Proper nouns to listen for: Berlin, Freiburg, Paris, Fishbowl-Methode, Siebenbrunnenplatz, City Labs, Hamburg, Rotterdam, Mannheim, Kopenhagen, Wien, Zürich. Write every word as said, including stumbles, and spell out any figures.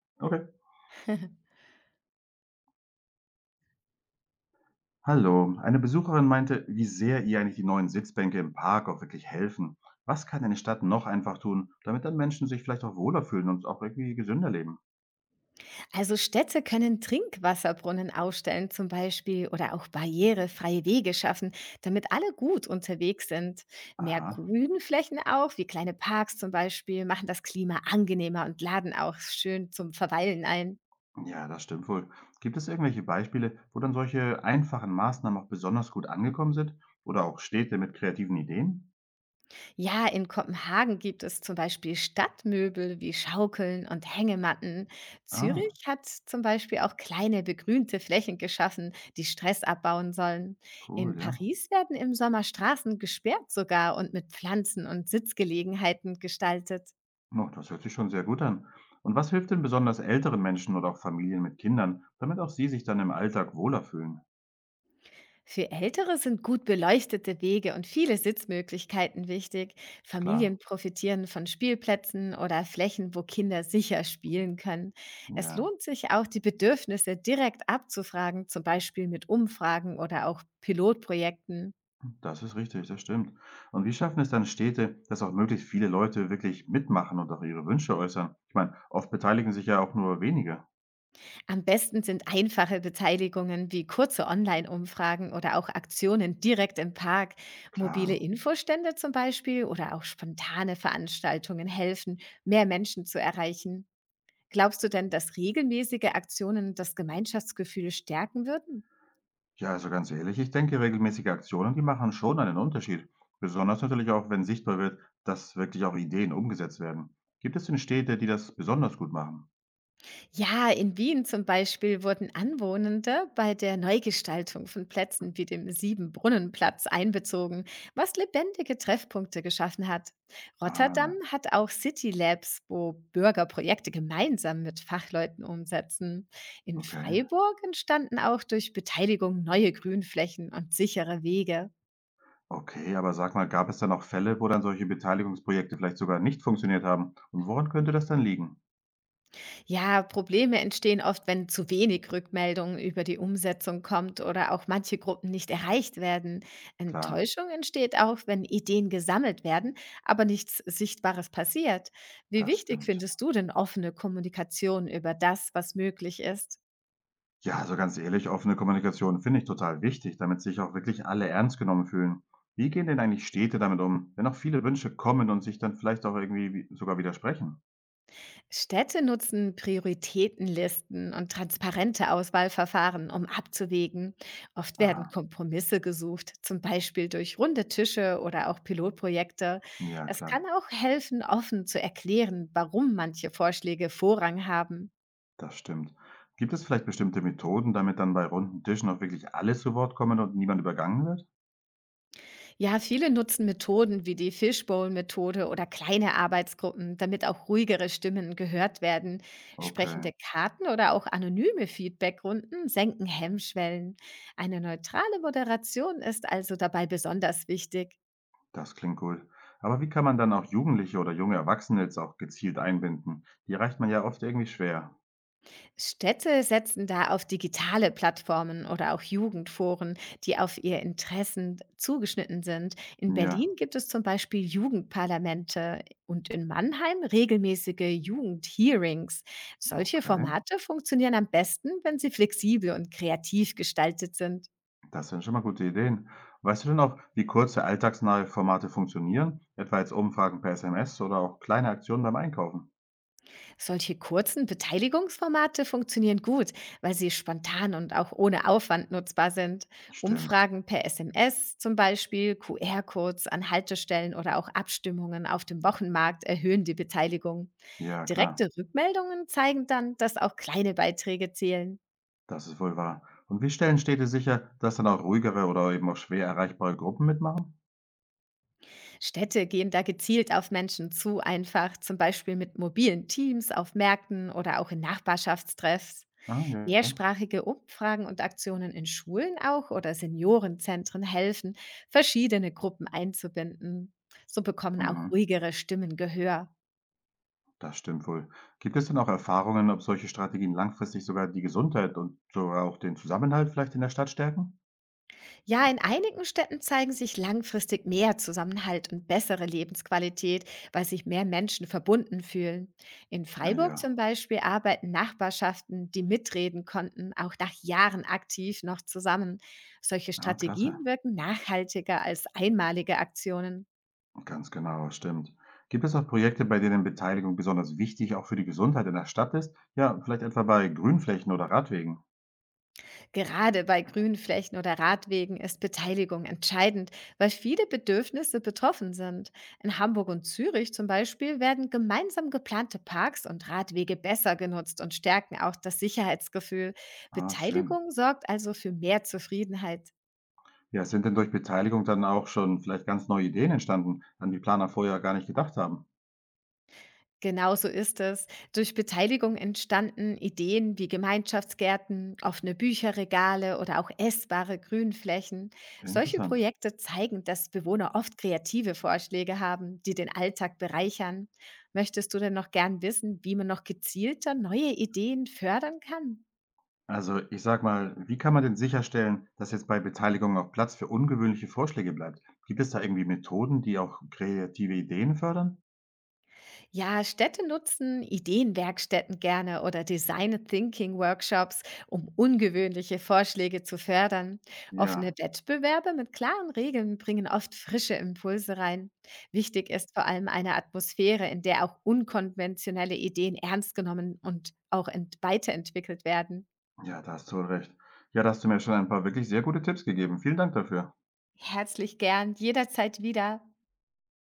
Okay. Hallo. Eine Besucherin meinte, wie sehr ihr eigentlich die neuen Sitzbänke im Park auch wirklich helfen. Was kann eine Stadt noch einfach tun, damit dann Menschen sich vielleicht auch wohler fühlen und auch irgendwie gesünder leben? Also Städte können Trinkwasserbrunnen aufstellen zum Beispiel oder auch barrierefreie Wege schaffen, damit alle gut unterwegs sind. Mehr Aha. Grünflächen auch, wie kleine Parks zum Beispiel, machen das Klima angenehmer und laden auch schön zum Verweilen ein. Ja, das stimmt wohl. Gibt es irgendwelche Beispiele, wo dann solche einfachen Maßnahmen auch besonders gut angekommen sind? Oder auch Städte mit kreativen Ideen? Ja, in Kopenhagen gibt es zum Beispiel Stadtmöbel wie Schaukeln und Hängematten. Ah, Zürich hat zum Beispiel auch kleine begrünte Flächen geschaffen, die Stress abbauen sollen. In cool, ja. Paris werden im Sommer Straßen gesperrt sogar und mit Pflanzen und Sitzgelegenheiten gestaltet. No, das hört sich schon sehr gut an. Und was hilft denn besonders älteren Menschen oder auch Familien mit Kindern, damit auch sie sich dann im Alltag wohler fühlen? Für Ältere sind gut beleuchtete Wege und viele Sitzmöglichkeiten wichtig. Klar, Familien profitieren von Spielplätzen oder Flächen, wo Kinder sicher spielen können. Es ja. lohnt sich auch, die Bedürfnisse direkt abzufragen, zum Beispiel mit Umfragen oder auch Pilotprojekten. Das ist richtig, das stimmt. Und wie schaffen es dann Städte, dass auch möglichst viele Leute wirklich mitmachen und auch ihre Wünsche äußern? Ich meine, oft beteiligen sich ja auch nur wenige. Am besten sind einfache Beteiligungen wie kurze Online-Umfragen oder auch Aktionen direkt im Park. Mobile Klar. Infostände zum Beispiel oder auch spontane Veranstaltungen helfen, mehr Menschen zu erreichen. Glaubst du denn, dass regelmäßige Aktionen das Gemeinschaftsgefühl stärken würden? Ja, also ganz ehrlich, ich denke, regelmäßige Aktionen, die machen schon einen Unterschied. Besonders natürlich auch, wenn sichtbar wird, dass wirklich auch Ideen umgesetzt werden. Gibt es denn Städte, die das besonders gut machen? Ja, in Wien zum Beispiel wurden Anwohnende bei der Neugestaltung von Plätzen wie dem Siebenbrunnenplatz einbezogen, was lebendige Treffpunkte geschaffen hat. Rotterdam Ah, hat auch City Labs, wo Bürger Projekte gemeinsam mit Fachleuten umsetzen. In okay. Freiburg entstanden auch durch Beteiligung neue Grünflächen und sichere Wege. Okay, aber sag mal, gab es dann auch Fälle, wo dann solche Beteiligungsprojekte vielleicht sogar nicht funktioniert haben? Und woran könnte das dann liegen? Ja, Probleme entstehen oft, wenn zu wenig Rückmeldungen über die Umsetzung kommt oder auch manche Gruppen nicht erreicht werden. Klar, Enttäuschung entsteht auch, wenn Ideen gesammelt werden, aber nichts Sichtbares passiert. Wie das wichtig stimmt. findest du denn offene Kommunikation über das, was möglich ist? Ja, also ganz ehrlich, offene Kommunikation finde ich total wichtig, damit sich auch wirklich alle ernst genommen fühlen. Wie gehen denn eigentlich Städte damit um, wenn auch viele Wünsche kommen und sich dann vielleicht auch irgendwie wi- sogar widersprechen? Städte nutzen Prioritätenlisten und transparente Auswahlverfahren, um abzuwägen. Oft werden Aha, Kompromisse gesucht, zum Beispiel durch runde Tische oder auch Pilotprojekte. ja Es kann klar, auch helfen, offen zu erklären, warum manche Vorschläge Vorrang haben. das stimmt. Gibt es vielleicht bestimmte Methoden, damit dann bei runden Tischen auch wirklich alle zu Wort kommen und niemand übergangen wird? Ja, viele nutzen Methoden wie die Fishbowl-Methode oder kleine Arbeitsgruppen, damit auch ruhigere Stimmen gehört werden. Okay, Sprechende Karten oder auch anonyme Feedbackrunden senken Hemmschwellen. Eine neutrale Moderation ist also dabei besonders wichtig. das klingt cool. Aber wie kann man dann auch Jugendliche oder junge Erwachsene jetzt auch gezielt einbinden? Die erreicht man ja oft irgendwie schwer. Städte setzen da auf digitale Plattformen oder auch Jugendforen, die auf ihr Interessen zugeschnitten sind. In Ja, Berlin gibt es zum Beispiel Jugendparlamente und in Mannheim regelmäßige Jugendhearings. Solche okay. Formate funktionieren am besten, wenn sie flexibel und kreativ gestaltet sind. Das sind schon mal gute Ideen. Weißt du denn auch, wie kurze alltagsnahe Formate funktionieren? Etwa jetzt Umfragen per S M S oder auch kleine Aktionen beim Einkaufen? Solche kurzen Beteiligungsformate funktionieren gut, weil sie spontan und auch ohne Aufwand nutzbar sind. Stimmt. Umfragen per S M S zum Beispiel, Q R-Codes an Haltestellen oder auch Abstimmungen auf dem Wochenmarkt erhöhen die Beteiligung. Ja, klar. Direkte Rückmeldungen zeigen dann, dass auch kleine Beiträge zählen. Das ist wohl wahr. Und wie stellen Städte sicher, dass dann auch ruhigere oder eben auch schwer erreichbare Gruppen mitmachen? Städte gehen da gezielt auf Menschen zu, einfach zum Beispiel mit mobilen Teams auf Märkten oder auch in Nachbarschaftstreffs. Ah, ja. Mehrsprachige Umfragen und Aktionen in Schulen auch oder Seniorenzentren helfen, verschiedene Gruppen einzubinden. So bekommen auch Mhm. ruhigere Stimmen Gehör. Das stimmt wohl. Gibt es denn auch Erfahrungen, ob solche Strategien langfristig sogar die Gesundheit und sogar auch den Zusammenhalt vielleicht in der Stadt stärken? Ja, in einigen Städten zeigen sich langfristig mehr Zusammenhalt und bessere Lebensqualität, weil sich mehr Menschen verbunden fühlen. In Ah, Freiburg ja, zum Beispiel arbeiten Nachbarschaften, die mitreden konnten, auch nach Jahren aktiv noch zusammen. Solche ja, klasse. Strategien wirken nachhaltiger als einmalige Aktionen. Ganz genau, stimmt. Gibt es auch Projekte, bei denen Beteiligung besonders wichtig auch für die Gesundheit in der Stadt ist? Ja, vielleicht etwa bei Grünflächen oder Radwegen. Gerade bei Grünflächen oder Radwegen ist Beteiligung entscheidend, weil viele Bedürfnisse betroffen sind. In Hamburg und Zürich zum Beispiel werden gemeinsam geplante Parks und Radwege besser genutzt und stärken auch das Sicherheitsgefühl. Ah, schön. Beteiligung sorgt also für mehr Zufriedenheit. Ja, sind denn durch Beteiligung dann auch schon vielleicht ganz neue Ideen entstanden, an die Planer vorher gar nicht gedacht haben? Genau so ist es. Durch Beteiligung entstanden Ideen wie Gemeinschaftsgärten, offene Bücherregale oder auch essbare Grünflächen. Solche Interessant. Projekte zeigen, dass Bewohner oft kreative Vorschläge haben, die den Alltag bereichern. Möchtest du denn noch gern wissen, wie man noch gezielter neue Ideen fördern kann? Also ich sag mal, wie kann man denn sicherstellen, dass jetzt bei Beteiligung auch Platz für ungewöhnliche Vorschläge bleibt? Gibt es da irgendwie Methoden, die auch kreative Ideen fördern? Ja, Städte nutzen Ideenwerkstätten gerne oder Design Thinking Workshops, um ungewöhnliche Vorschläge zu fördern. Offene Ja, Wettbewerbe mit klaren Regeln bringen oft frische Impulse rein. Wichtig ist vor allem eine Atmosphäre, in der auch unkonventionelle Ideen ernst genommen und auch ent weiterentwickelt werden. ja, da hast du recht. Ja, da hast du mir schon ein paar wirklich sehr gute Tipps gegeben. Vielen Dank dafür. Herzlich gern, jederzeit wieder.